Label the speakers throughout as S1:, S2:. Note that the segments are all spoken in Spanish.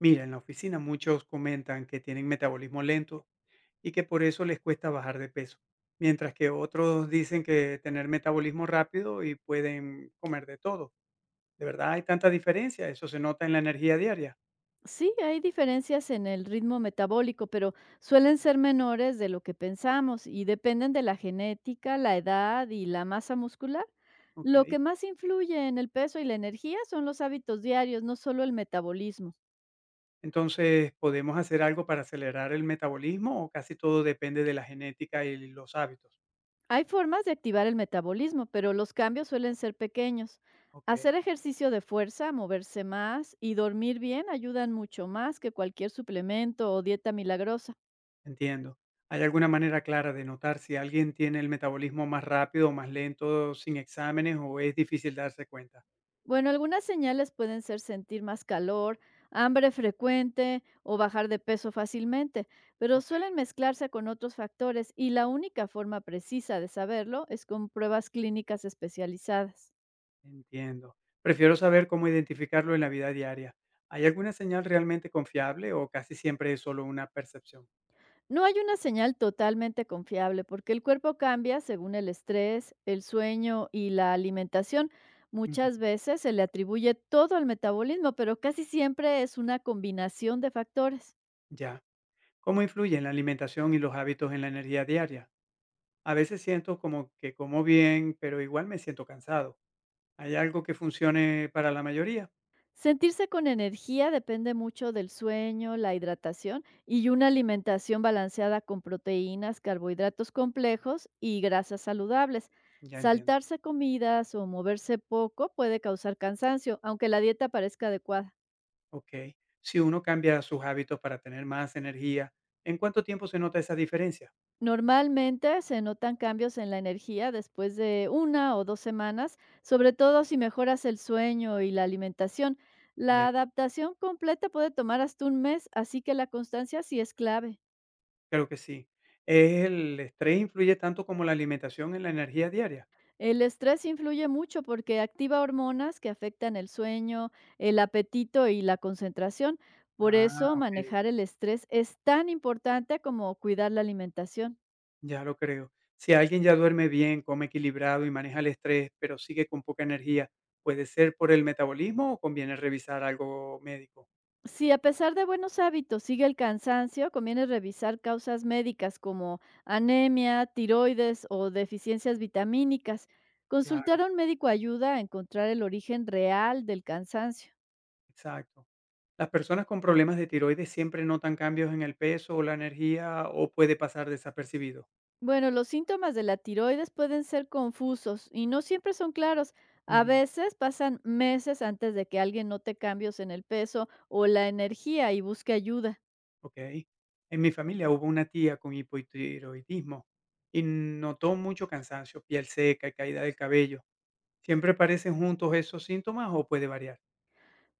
S1: Mira, en la oficina muchos comentan que tienen metabolismo lento y que por eso les cuesta bajar de peso, mientras que otros dicen que tener metabolismo rápido y pueden comer de todo. ¿De verdad hay tanta diferencia? ¿Eso se nota en la energía diaria?
S2: Sí, hay diferencias en el ritmo metabólico, pero suelen ser menores de lo que pensamos y dependen de la genética, la edad y la masa muscular.
S1: Ok.
S2: Lo que más influye en el peso y la energía son los hábitos diarios, no solo el metabolismo.
S1: Entonces, ¿podemos hacer algo para acelerar el metabolismo o casi todo depende de la genética y los hábitos?
S2: Hay formas de activar el metabolismo, pero los cambios suelen ser pequeños.
S1: Ok,
S2: Hacer ejercicio de fuerza, moverse más y dormir bien ayudan mucho más que cualquier suplemento o dieta milagrosa.
S1: entiendo. ¿Hay alguna manera clara de notar si alguien tiene el metabolismo más rápido o más lento sin exámenes o es difícil darse cuenta?
S2: Bueno, algunas señales pueden ser sentir más calor, hambre frecuente o bajar de peso fácilmente, pero
S1: Ok.
S2: suelen mezclarse con otros factores y la única forma precisa de saberlo es con pruebas clínicas especializadas.
S1: Entiendo. Prefiero saber cómo identificarlo en la vida diaria. ¿Hay alguna señal realmente confiable o casi siempre es solo una percepción?
S2: No hay una señal totalmente confiable porque el cuerpo cambia según el estrés, el sueño y la alimentación.
S1: Ujú.
S2: Muchas veces se le atribuye todo al metabolismo, pero casi siempre es una combinación de factores.
S1: Ya. ¿Cómo influyen la alimentación y los hábitos en la energía diaria? A veces siento como que como bien, pero igual me siento cansado. ¿Hay algo que funcione para la mayoría?
S2: Sentirse con energía depende mucho del sueño, la hidratación y una alimentación balanceada con proteínas, carbohidratos complejos y grasas saludables.
S1: Ya entiendo.
S2: Saltarse comidas o moverse poco puede causar cansancio, aunque la dieta parezca adecuada.
S1: Ok. Si uno cambia sus hábitos para tener más energía, ¿en cuánto tiempo se nota esa diferencia?
S2: Normalmente se notan cambios en la energía después de 1 o 2 semanas, sobre todo si mejoras el sueño y la alimentación.
S1: Bien,
S2: La adaptación completa puede tomar hasta un mes, así que la constancia sí es clave.
S1: creo que sí. ¿El estrés influye tanto como la alimentación en la energía diaria?
S2: El estrés influye mucho porque activa hormonas que afectan el sueño, el apetito y la concentración. Por
S1: Ah,
S2: eso,
S1: okey,
S2: manejar el estrés es tan importante como cuidar la alimentación.
S1: ya lo creo. Si alguien ya duerme bien, come equilibrado y maneja el estrés, pero sigue con poca energía, ¿puede ser por el metabolismo o conviene revisar algo médico?
S2: Si a pesar de buenos hábitos sigue el cansancio, conviene revisar causas médicas como anemia, tiroides o deficiencias vitamínicas.
S1: Claro,
S2: Consultar a un médico ayuda a encontrar el origen real del cansancio.
S1: exacto. ¿Las personas con problemas de tiroides siempre notan cambios en el peso o la energía o puede pasar desapercibido?
S2: Bueno, los síntomas de la tiroides pueden ser confusos y no siempre son claros. A
S1: Ujú,
S2: veces pasan meses antes de que alguien note cambios en el peso o la energía y busque ayuda.
S1: okey. En mi familia hubo una tía con hipotiroidismo y notó mucho cansancio, piel seca y caída del cabello. ¿Siempre aparecen juntos esos síntomas o puede variar?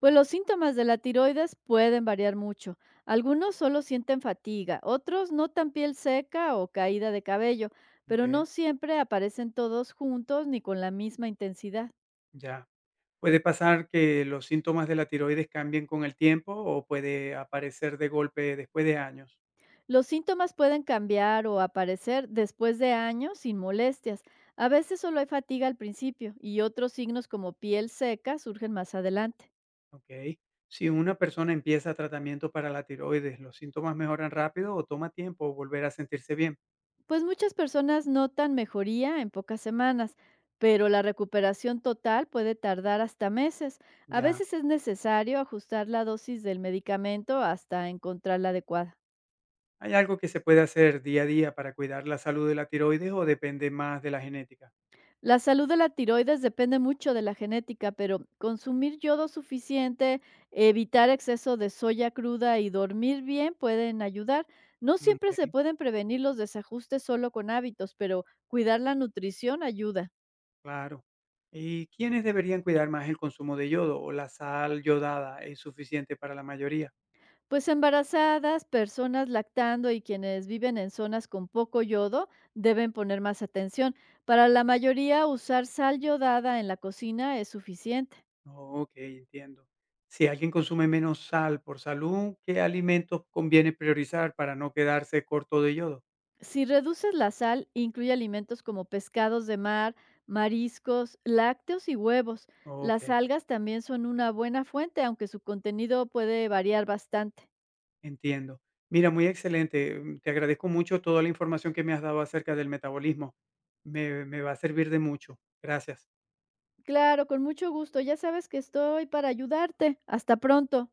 S2: Pues los síntomas de la tiroides pueden variar mucho. Algunos solo sienten fatiga, otros notan piel seca o caída de cabello, pero
S1: Okey,
S2: no siempre aparecen todos juntos ni con la misma intensidad.
S1: ya. ¿Puede pasar que los síntomas de la tiroides cambien con el tiempo o puede aparecer de golpe después de años?
S2: Los síntomas pueden cambiar o aparecer después de años sin molestias. A veces solo hay fatiga al principio y otros signos como piel seca surgen más adelante.
S1: ¿Ok? Si una persona empieza tratamiento para la tiroides, ¿los síntomas mejoran rápido o toma tiempo volver a sentirse bien?
S2: Pues muchas personas notan mejoría en pocas semanas, pero la recuperación total puede tardar hasta meses. A
S1: Ya.
S2: veces es necesario ajustar la dosis del medicamento hasta encontrar la adecuada.
S1: ¿Hay algo que se puede hacer día a día para cuidar la salud de la tiroides o depende más de la genética?
S2: La salud de la tiroides depende mucho de la genética, pero consumir yodo suficiente, evitar exceso de soya cruda y dormir bien pueden ayudar. No siempre se
S1: Ok,
S2: pueden prevenir los desajustes solo con hábitos, pero cuidar la nutrición ayuda.
S1: claro. ¿Y quiénes deberían cuidar más el consumo de yodo o la sal yodada es suficiente para la mayoría?
S2: Pues embarazadas, personas lactando y quienes viven en zonas con poco yodo deben poner más atención. Para la mayoría, usar sal yodada en la cocina es suficiente.
S1: Ok, entiendo. Si alguien consume menos sal por salud, ¿qué alimentos conviene priorizar para no quedarse corto de yodo?
S2: Si reduces la sal, incluye alimentos como pescados de mar, mariscos, lácteos y huevos.
S1: Ok,
S2: Las algas también son una buena fuente, aunque su contenido puede variar bastante.
S1: entiendo. Mira, muy excelente. Te agradezco mucho toda la información que me has dado acerca del metabolismo. Me va a servir de mucho. Gracias.
S2: Claro, con mucho gusto. Ya sabes que estoy para ayudarte. Hasta pronto.